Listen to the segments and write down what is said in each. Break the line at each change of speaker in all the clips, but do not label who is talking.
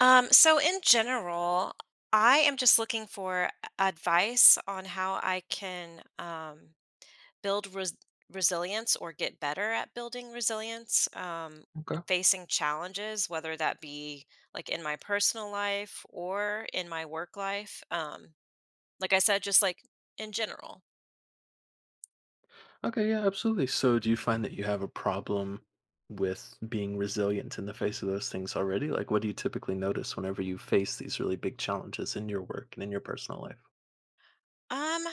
So in general, I am just looking for advice on how I can build res- resilience or get better at building resilience
Okay.
and facing challenges, whether that be like in my personal life or in my work life. Like I said, just like in general.
Okay, yeah, absolutely. So do you find that you have a problem with being resilient in the face of those things already? Like what do you typically notice whenever you face these really big challenges in your work and in your personal life?
Um,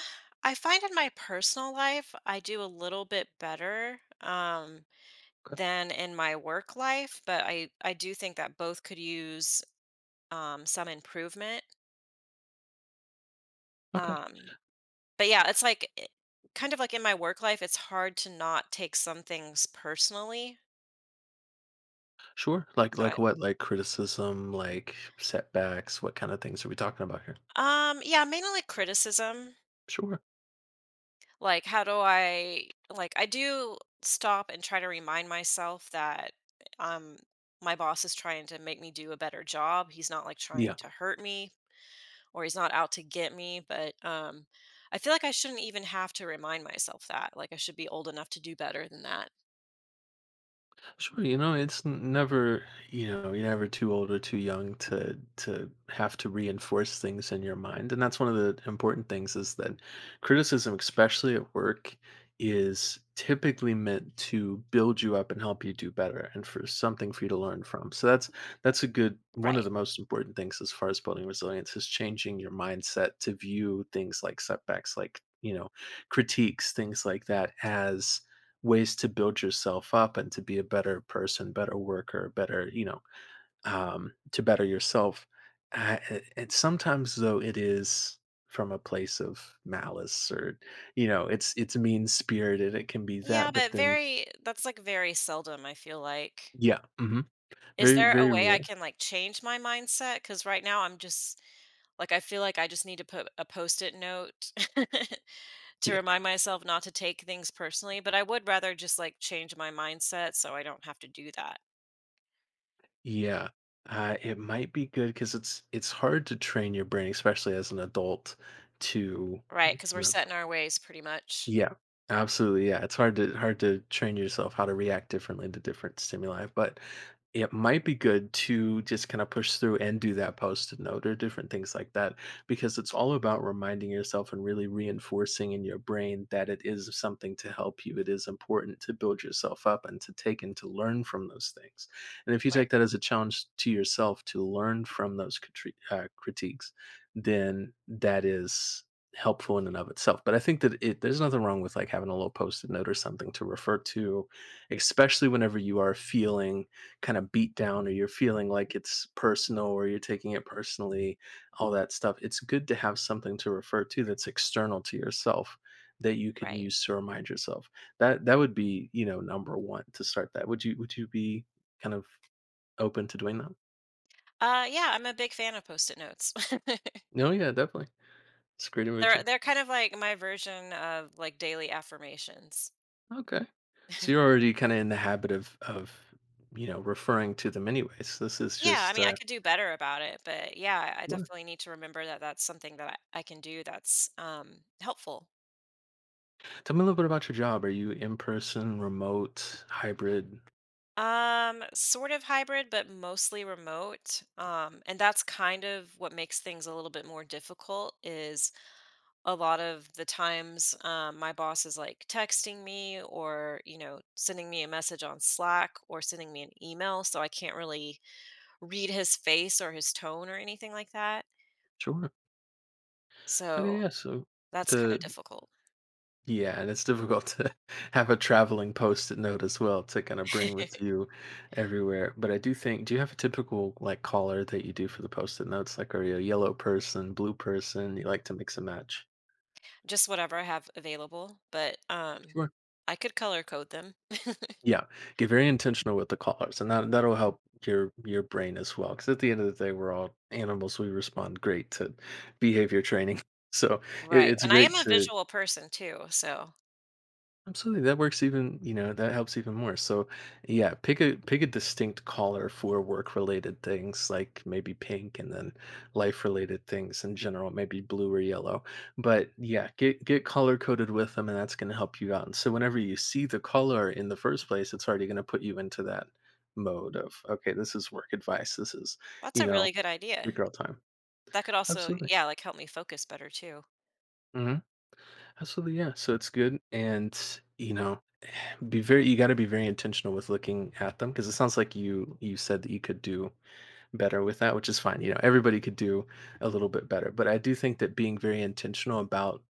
I find in my personal life, I do a little bit better,
Okay.
than in my work life, but I do think that both could use some improvement.
Okay.
Um, but yeah, kind of like in my work life, it's hard to not take some things personally.
Sure. Like
So
what? Like criticism, like setbacks, what kind of things are we talking about here?
I, yeah, mainly like criticism.
Sure.
Like how do I like I do stop and try to remind myself that um my boss is trying to make me do a better job. He's not like trying
Yeah.
to hurt me, or he's not out to get me. But I feel like I shouldn't even have to remind myself that. Like I should be old enough to do better than that.
Sure, you know, it's never, you're never too old or too young to have to reinforce things in your mind. And that's one of the important things is that criticism, especially at work, is typically meant to build you up and help you do better and for something for you to learn from. So that's a good one of
Right.
the most important things as far as building resilience is changing your mindset to view things like setbacks, like, critiques, things like that as ways to build yourself up and to be a better person, better worker, better, to better yourself. Uh, and sometimes though it is from a place of malice or it's mean spirited. It can be
Yeah,
that, but
but
then
very, that's like very seldom, I feel like.
yeah. Hmm,
Is
very
there a
very
way I
rare.
can like change my mindset? Because right now I'm just like, I feel like I just need to put a post it note to
Yeah,
remind myself not to take things personally. But I would rather just like change my mindset so I don't have to do that.
yeah. It might be good because it's hard to train your brain, especially as an adult, to
Right. Because we're
kind of.
set in our ways pretty much.
Yeah, absolutely. Yeah, it's hard to train yourself how to react differently to different stimuli, but it might be good to just kind of push through and do that post-it note or different things like that because it's all about reminding yourself and really reinforcing in your brain that it is something to help you. It is important to build yourself up and to take and to learn from those things. And if you
Right.
take that as a challenge to yourself to learn from those critiques, then that is helpful in and of itself. But I think that it there's nothing wrong with like having a little post-it note or something to refer to, especially whenever you are feeling kind of beat down or you're feeling like it's personal or you're taking it personally, all that stuff. It's good to have something to refer to that's external to yourself that you can
Right.
use to remind yourself. That would be, you know, number one to start that. Would you be kind of open to doing that?
Yeah, I'm a big fan of post-it notes.
No, yeah, definitely. It's a great
They're
invention.
they're kind of like my version of like daily affirmations.
Okay. So you're already kind of in the habit of you know referring to them anyways. This is
Yeah, I
just
mean, I could do better about it, but yeah, I
sure.
definitely need to remember that that's something that I can do that's helpful.
Tell me a little bit about your job. Are you in person, remote, hybrid?
Sort of hybrid, but mostly remote. And that's kind of what makes things a little bit more difficult is a lot of the times my boss is like texting me, or you know sending me a message on Slack or sending me an email, so I can't really read his face or his tone or anything like that,
Sure.
so
Okay. Yeah. So
that's kind of
the
difficult.
yeah, and it's difficult to have a traveling post-it note as well to kind of bring with you everywhere. But I do think, do you have a typical like color that you do for the post-it notes? Like, are you a yellow person, blue person? You like to mix and match?
Just whatever I have available, but
Sure.
I could color code them.
Yeah, get very intentional with the call and that that'll help your brain as well. Because at the end of the day, we're all animals, we respond great to behavior training. So, it
Right,
it's
and I
great
am a
to.
visual person too, so
Absolutely, that works even, you know, that helps even more. So, yeah, pick a distinct color for work related things, like maybe pink, and then life related things in general, maybe blue or yellow. But yeah, get color coded with them, and that's going to help you out. And so, whenever you see the color in the first place, it's already going to put you into that mode of okay, this is work advice. This is,
that's
you
a
know,
really good
the
idea.
girl time.
That could also,
Absolutely.
yeah, like help me focus better too.
Hmm. Absolutely, yeah. So it's good, and you know, be very you got to be very intentional with looking at them because it sounds like you said that you could do better with that, which is fine, you know, everybody could do a little bit better, but I do think that being very intentional about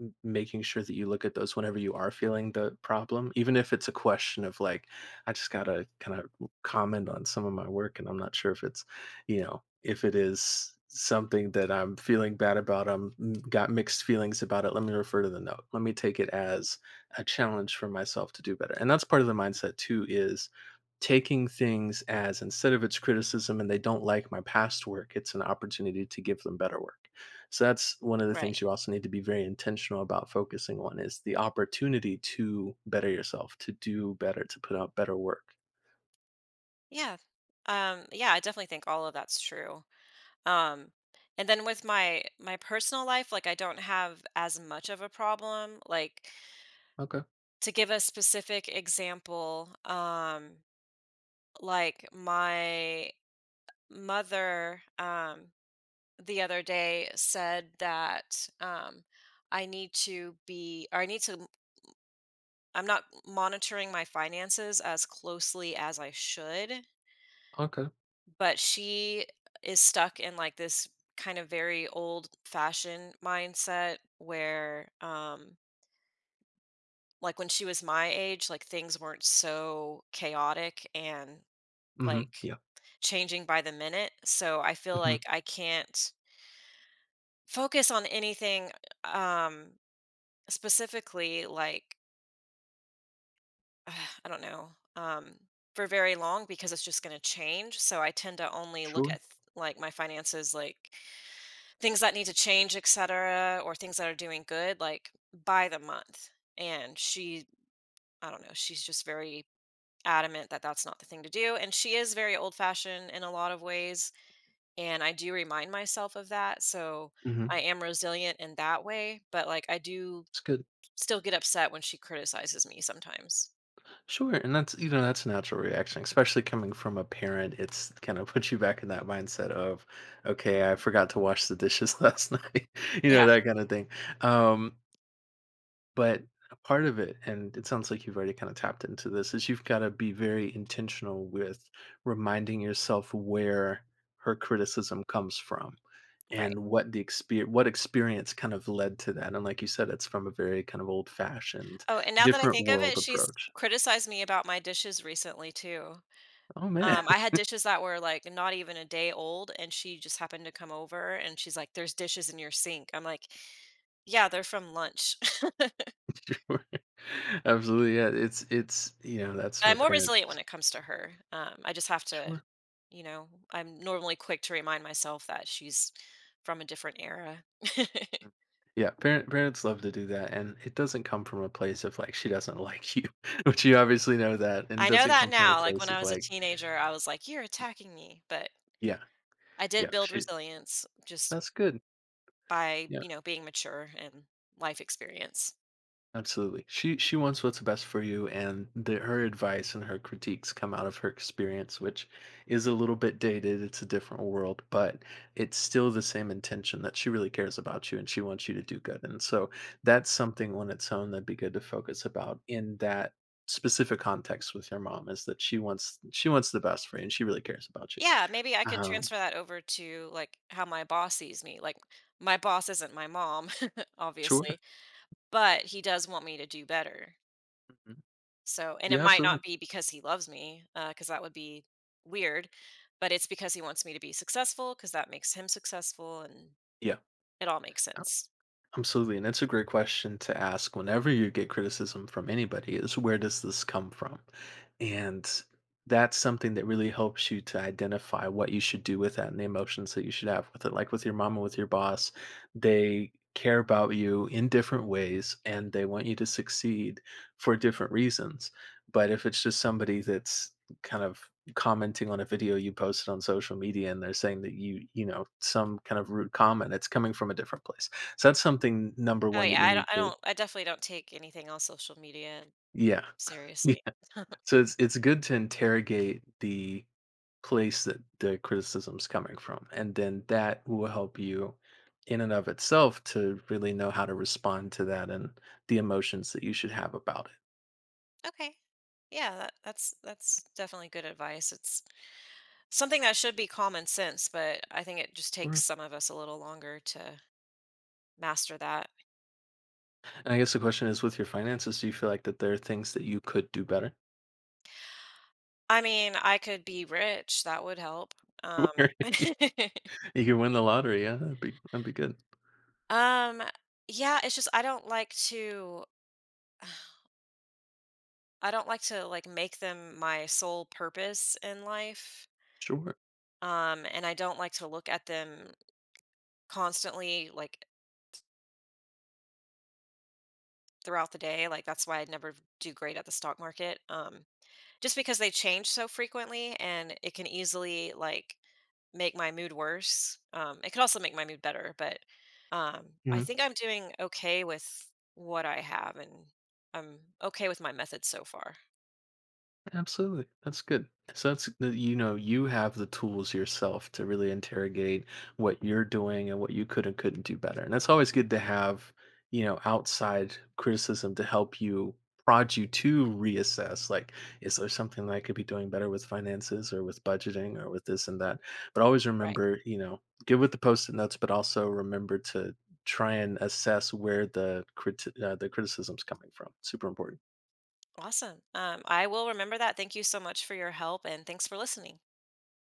on making sure that you look at those whenever you are feeling the problem, even if it's a question of like, I just gotta kind of comment on some of my work, and I'm not sure if it's, you know, if it is something that I'm feeling bad about, I'm got mixed feelings about it. Let me refer to the note. Let me take it as a challenge for myself to do better. And that's part of the mindset too is taking things as instead of it's criticism and they don't like my past work, it's an opportunity to give them better work. So that's one of the things
Right.
you also need to be very intentional about focusing on is the opportunity to better yourself, to do better, to put out better work.
Yeah. Yeah, I definitely think all of that's true. Um, and then with my personal life, like I don't have as much of a problem. Like
Okay.
to give a specific example, like my mother the other day said that I need to be or I need to, I'm not monitoring my finances as closely as I should.
Okay.
But she is stuck in like this kind of very old fashioned mindset where like when she was my age, like things weren't so chaotic and
Hmm.
like
Yeah.
changing by the minute, so I feel
Hmm.
like I can't focus on anything um specifically, like I don't know, um for very long, because it's just going to change. So I tend to only look
Sure.
like my finances, like things that need to change, etc., or things that are doing good, like by the month. And she, I don't know, she's just very adamant that that's not the thing to do. And she is very old fashioned in a lot of ways. And I do remind myself of that. So
Hmm.
I am resilient in that way. But like, I do
It's good.
still get upset when she criticizes me sometimes.
Sure. And that's, you know, that's a natural reaction, especially coming from a parent. It's kind of puts you back in that mindset of, okay, I forgot to wash the dishes last night, you know,
Yeah.
that kind of thing. Um, But a part of it, and it sounds like you've already kind of tapped into this, is you've got to be very intentional with reminding yourself where her criticism comes from
Right.
and what experience kind of led to that. And like you said, it's from a very kind of old fashioned
Oh, and now that I
different
think of
world
it, she's
approach.
criticized me about my dishes recently too.
Oh man.
I had dishes that were, like, not even a day old, and she just happened to come over, and she's like, "There's dishes in your sink." I'm like, "Yeah, they're from lunch."
Sure. Absolutely, yeah, it's you know that's
I'm
what
more resilient when
parents.
it comes to her. I just have to,
Sure.
you know, I'm normally quick to remind myself that she's from a different era.
Yeah, parents love to do that, and it doesn't come from a place of like she doesn't like you, which you obviously know that, and it
I know
doesn't
that
come from a
now, like,
place
when I
of
was a
like,
teenager, I was like, "You're attacking me," but
yeah,
I did
yeah,
build
she
resilience just
that's good.
by,
Yeah.
you know, being mature and life experience.
Absolutely. She wants what's best for you, and her advice and her critiques come out of her experience, which is a little bit dated. It's a different world, but it's still the same intention that she really cares about you and she wants you to do good. And so that's something on its own that'd be good to focus about in that specific context with your mom is that she wants the best for you and she really cares about you.
Yeah, maybe I could
Um,
transfer that over to, like, how my boss sees me, like, my boss isn't my mom,
sure.
obviously, but he does want me to do better.
Mhm.
So, and it
Yeah,
might
absolutely.
not be because he loves me, because that would be weird, but it's because he wants me to be successful, because that makes him successful, and
Yeah.
it all makes sense.
Absolutely, and it's a great question to ask whenever you get criticism from anybody is where does this come from? And that's something that really helps you to identify what you should do with that and the emotions that you should have with it. Like with your mom and with your boss, they care about you in different ways and they want you to succeed for different reasons. But if it's just somebody that's kind of commenting on a video you posted on social media and they're saying that you know, some kind of rude comment, it's coming from a different place, so that's something number
Oh,
1 that
yeah,
you
I
need
don't I
to.
don't I definitely don't take anything on social media
Yeah.
seriously.
Yeah. So it's good to interrogate the place that the criticism's coming from, and then that will help you in and of itself to really know how to respond to that and the emotions that you should have about it.
Okay. Yeah, that that's definitely good advice. It's something that should be common sense, but I think it just takes
Sure.
some of us a little longer to master that.
And I guess the question is with your finances, do you feel like that there are things that you could do better?
I mean, I could be rich, that would help. Um,
Where you could win the lottery, yeah, that'd be good.
um, yeah, it's just I don't like to I don't like to like make them my sole purpose in life.
Sure.
And I don't like to look at them constantly, like throughout the day. Like that's why I never do great at the stock market. Just because they change so frequently, and it can easily like make my mood worse. It could also make my mood better, but I
Mhm.
think I'm doing okay with what I have, and I'm okay with my methods so far.
Absolutely. That's good. So that's that you know, you have the tools yourself to really interrogate what you're doing and what you could and couldn't do better. And that's always good to have, you know, outside criticism to help you prod you to reassess like is there something that I could be doing better with finances or with budgeting or with this and that. But always
Right.
remember, you know, good with the post-it notes, but also remember to try and assess where the the criticism's coming from. Super important.
Awesome. I will remember that. Thank you so much for your help, and thanks for listening.